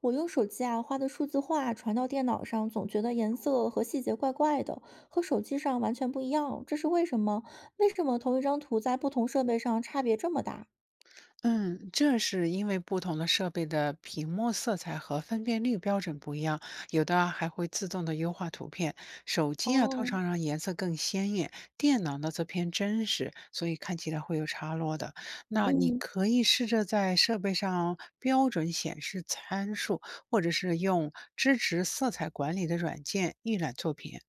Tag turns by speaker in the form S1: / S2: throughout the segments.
S1: 我用手机啊画的数字画传到电脑上，总觉得颜色和细节怪怪的，和手机上完全不一样，这是为什么？为什么同一张图在不同设备上差别这么大？
S2: 嗯，这是因为不同的设备的屏幕色彩和分辨率标准不一样，有的还会自动的优化图片。手机啊，通
S1: 哦，
S2: 常让颜色更鲜艳，电脑呢则偏真实，所以看起来会有差落的。那你
S1: 嗯
S2: 可以试着在设备上标准显示参数，或者是用支持色彩管理的软件预览作品。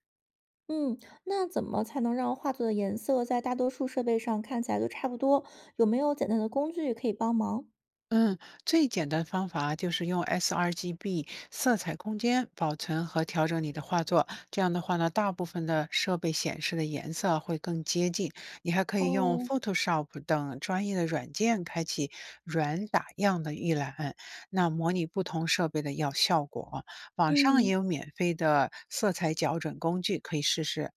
S1: 嗯，那怎么才能让画作的颜色在大多数设备上看起来都差不多？有没有简单的工具可以帮忙？
S2: 嗯，最简单方法就是用 sRGB 色彩空间保存和调整你的画作。这样的话呢，大部分的设备显示的颜色会更接近。你还可以用
S1: 哦，
S2: Photoshop 等专业的软件开启软打样的预览，那模拟不同设备的要效果。网上也
S1: 嗯，
S2: 有免费的色彩校准工具可以试试。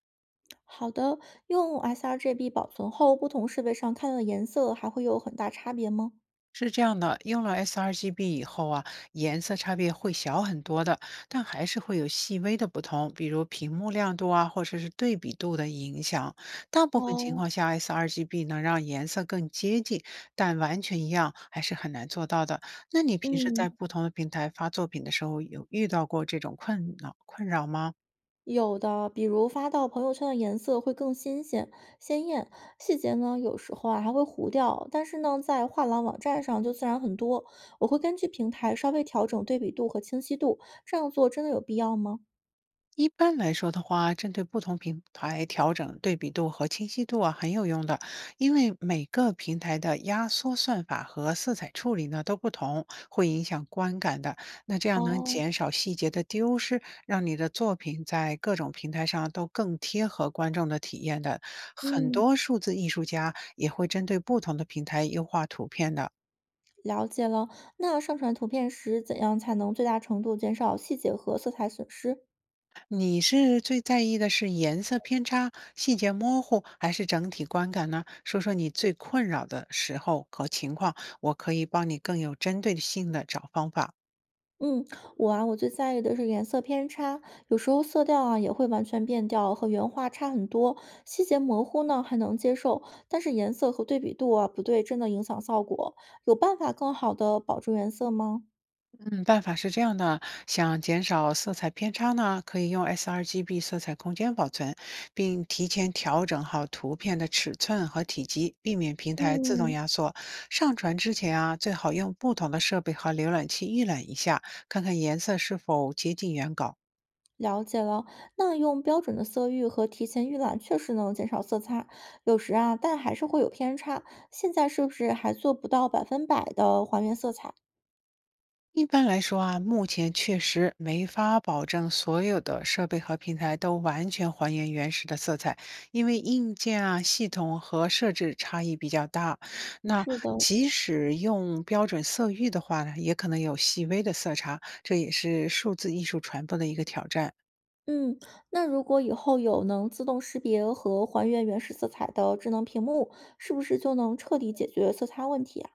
S1: 好的，用 sRGB 保存后，不同设备上看到的颜色还会有很大差别吗？
S2: 是这样的，用了 sRGB 以后啊，颜色差别会小很多的，但还是会有细微的不同，比如屏幕亮度啊，或者是对比度的影响。大部分情
S1: 哦，
S2: 况下，sRGB 能让颜色更接近，但完全一样还是很难做到的。那你平时在
S1: 嗯。
S2: 不同的平台发作品的时候，有遇到过这种困扰吗？
S1: 有的，比如发到朋友圈的颜色会更新鲜、鲜艳，细节呢有时候啊还会糊掉，但是呢在画廊网站上就自然很多。我会根据平台稍微调整对比度和清晰度，这样做真的有必要吗？
S2: 一般来说的话，针对不同平台调整对比度和清晰度啊，很有用的，因为每个平台的压缩算法和色彩处理呢都不同，会影响观感的。那这样能
S1: 哦，
S2: 减少细节的丢失，让你的作品在各种平台上都更贴合观众的体验的。很
S1: 嗯，
S2: 多数字艺术家也会针对不同的平台优化图片的。
S1: 了解了。那上传图片时怎样才能最大程度减少细节和色彩损失？
S2: 你是最在意的是颜色偏差、细节模糊，还是整体观感呢？说说你最困扰的时候和情况，我可以帮你更有针对性的找方法。
S1: 嗯，我最在意的是颜色偏差，有时候色调啊也会完全变调，和原画差很多，细节模糊呢还能接受，但是颜色和对比度啊不对，真的影响效果。有办法更好的保住颜色吗？
S2: 嗯，办法是这样的：想减少色彩偏差呢，可以用 sRGB 色彩空间保存，并提前调整好图片的尺寸和体积，避免平台自动
S1: 嗯，
S2: 压缩。上传之前啊，最好用不同的设备和浏览器预览一下，看看颜色是否接近原稿。
S1: 了解了。那用标准的色域和提前预览确实能减少色差，有时啊，但还是会有偏差。现在是不是还做不到100%的还原色彩？
S2: 一般来说啊，目前确实没法保证所有的设备和平台都完全还原原始的色彩，因为硬件啊、系统和设置差异比较大。那
S1: 是的，
S2: 即使用标准色域的话呢，也可能有细微的色差，这也是数字艺术传播的一个挑战。
S1: 嗯，那如果以后有能自动识别和还原原始色彩的智能屏幕，是不是就能彻底解决色差问题啊？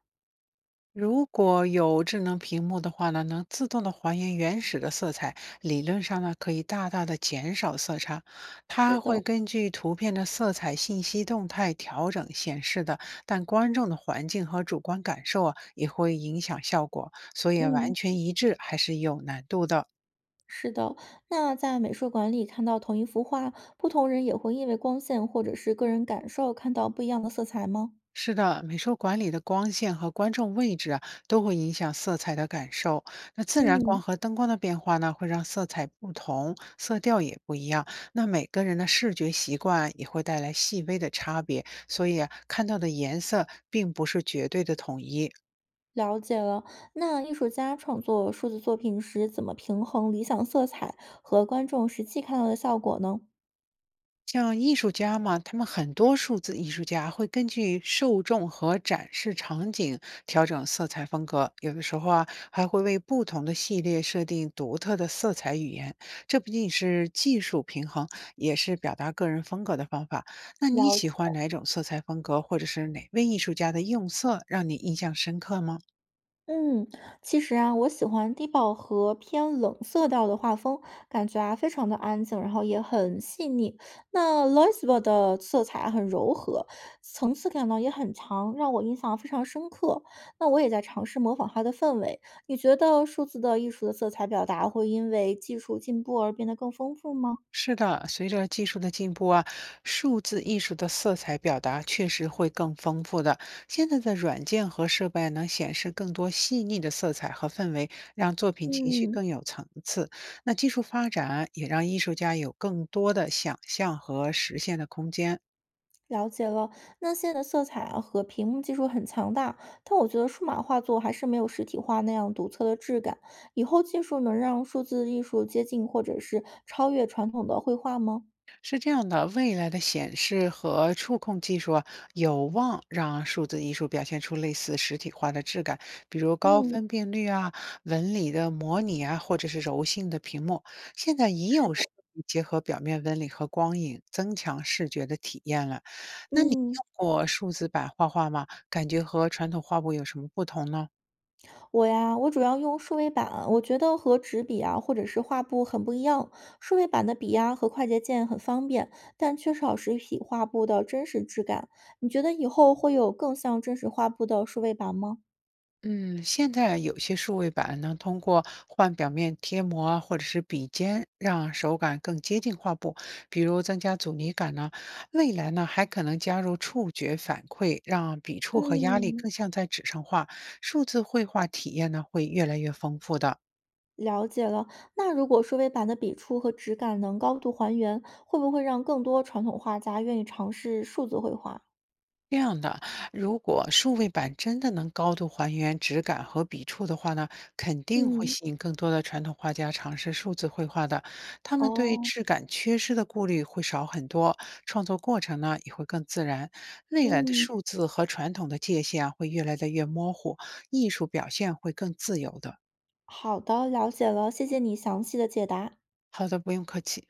S2: 如果有智能屏幕的话呢，能自动的还原原始的色彩，理论上呢可以大大的减少色差。它
S1: 是
S2: 会
S1: 的，
S2: 根据图片的色彩信息动态调整显示的，但观众的环境和主观感受啊也会影响效果，所以完
S1: 嗯，
S2: 全一致还是有难度的。
S1: 是的。那在美术馆里看到同一幅画，不同人也会因为光线或者是个人感受看到不一样的色彩吗？
S2: 是的，美术馆里的光线和观众位置啊，都会影响色彩的感受。那自然光
S1: 嗯，
S2: 和灯光的变化呢，会让色彩不同，色调也不一样。那每个人的视觉习惯也会带来细微的差别，所以啊看到的颜色并不是绝对的统一。
S1: 了解了。那艺术家创作数字作品时，怎么平衡理想色彩和观众实际看到的效果呢？
S2: 像艺术家嘛，他们很多数字艺术家会根据受众和展示场景调整色彩风格，有的时候啊，还会为不同的系列设定独特的色彩语言。这不仅是技术平衡，也是表达个人风格的方法。那你
S1: 了
S2: 喜
S1: 解。
S2: 欢哪种色彩风格，或者是哪位艺术家的用色让你印象深刻吗？
S1: 嗯，其实啊，我喜欢低饱和偏冷色调的画风，感觉啊非常的安静，然后也很细腻。那 Loisbo 的色彩啊很柔和，层次感呢也很强，让我印象非常深刻。那我也在尝试模仿它的氛围。你觉得数字的艺术的色彩表达会因为技术进步而变得更丰富吗？
S2: 是的，随着技术的进步啊，数字艺术的色彩表达确实会更丰富的。现在的软件和设备能显示更多细腻的色彩和氛围，让作品情绪
S1: 嗯。
S2: 更有层次。那技术发展啊也让艺术家有更多的想象和实现的空间。
S1: 了解了，那现在的色彩啊和屏幕技术很强大，但我觉得数码画作还是没有实体画那样独特的质感。以后技术能让数字艺术接近或者是超越传统的绘画吗？
S2: 是这样的，未来的显示和触控技术啊，有望让数字艺术表现出类似实体化的质感，比如高
S1: 嗯
S2: 分辨率啊、纹理的模拟啊，或者是柔性的屏幕。现在已有设备结合表面纹理和光影，增强视觉的体验了。那你
S1: 嗯
S2: 用过数字版画画吗？感觉和传统画布有什么不同呢？
S1: 我主要用数位板，我觉得和纸笔啊或者是画布很不一样。数位板的笔呀和快捷键很方便，但缺少实体画布的真实质感。你觉得以后会有更像真实画布的数位板吗？
S2: 嗯，现在有些数位板能通过换表面贴膜啊，或者是笔尖，让手感更接近画布，比如增加阻尼感呢。未来呢，还可能加入触觉反馈，让笔触和压力
S1: 嗯。
S2: 更像在纸上画。数字绘画体验呢，会越来越丰富的。
S1: 了解了。那如果数位板的笔触和质感能高度还原，会不会让更多传统画家愿意尝试数字绘画？
S2: 这样的，如果数位板真的能高度还原质感和笔触的话呢，肯定会
S1: 嗯，
S2: 吸引更多的传统画家尝试数字绘画的。他们对
S1: 哦，
S2: 质感缺失的顾虑会少很多，创作过程呢也会更自然。未来的
S1: 嗯，
S2: 数字和传统的界限啊会越来的越模糊，艺术表现会更自由的。
S1: 好的，了解了，谢谢你详细的解答。
S2: 好的，不用客气。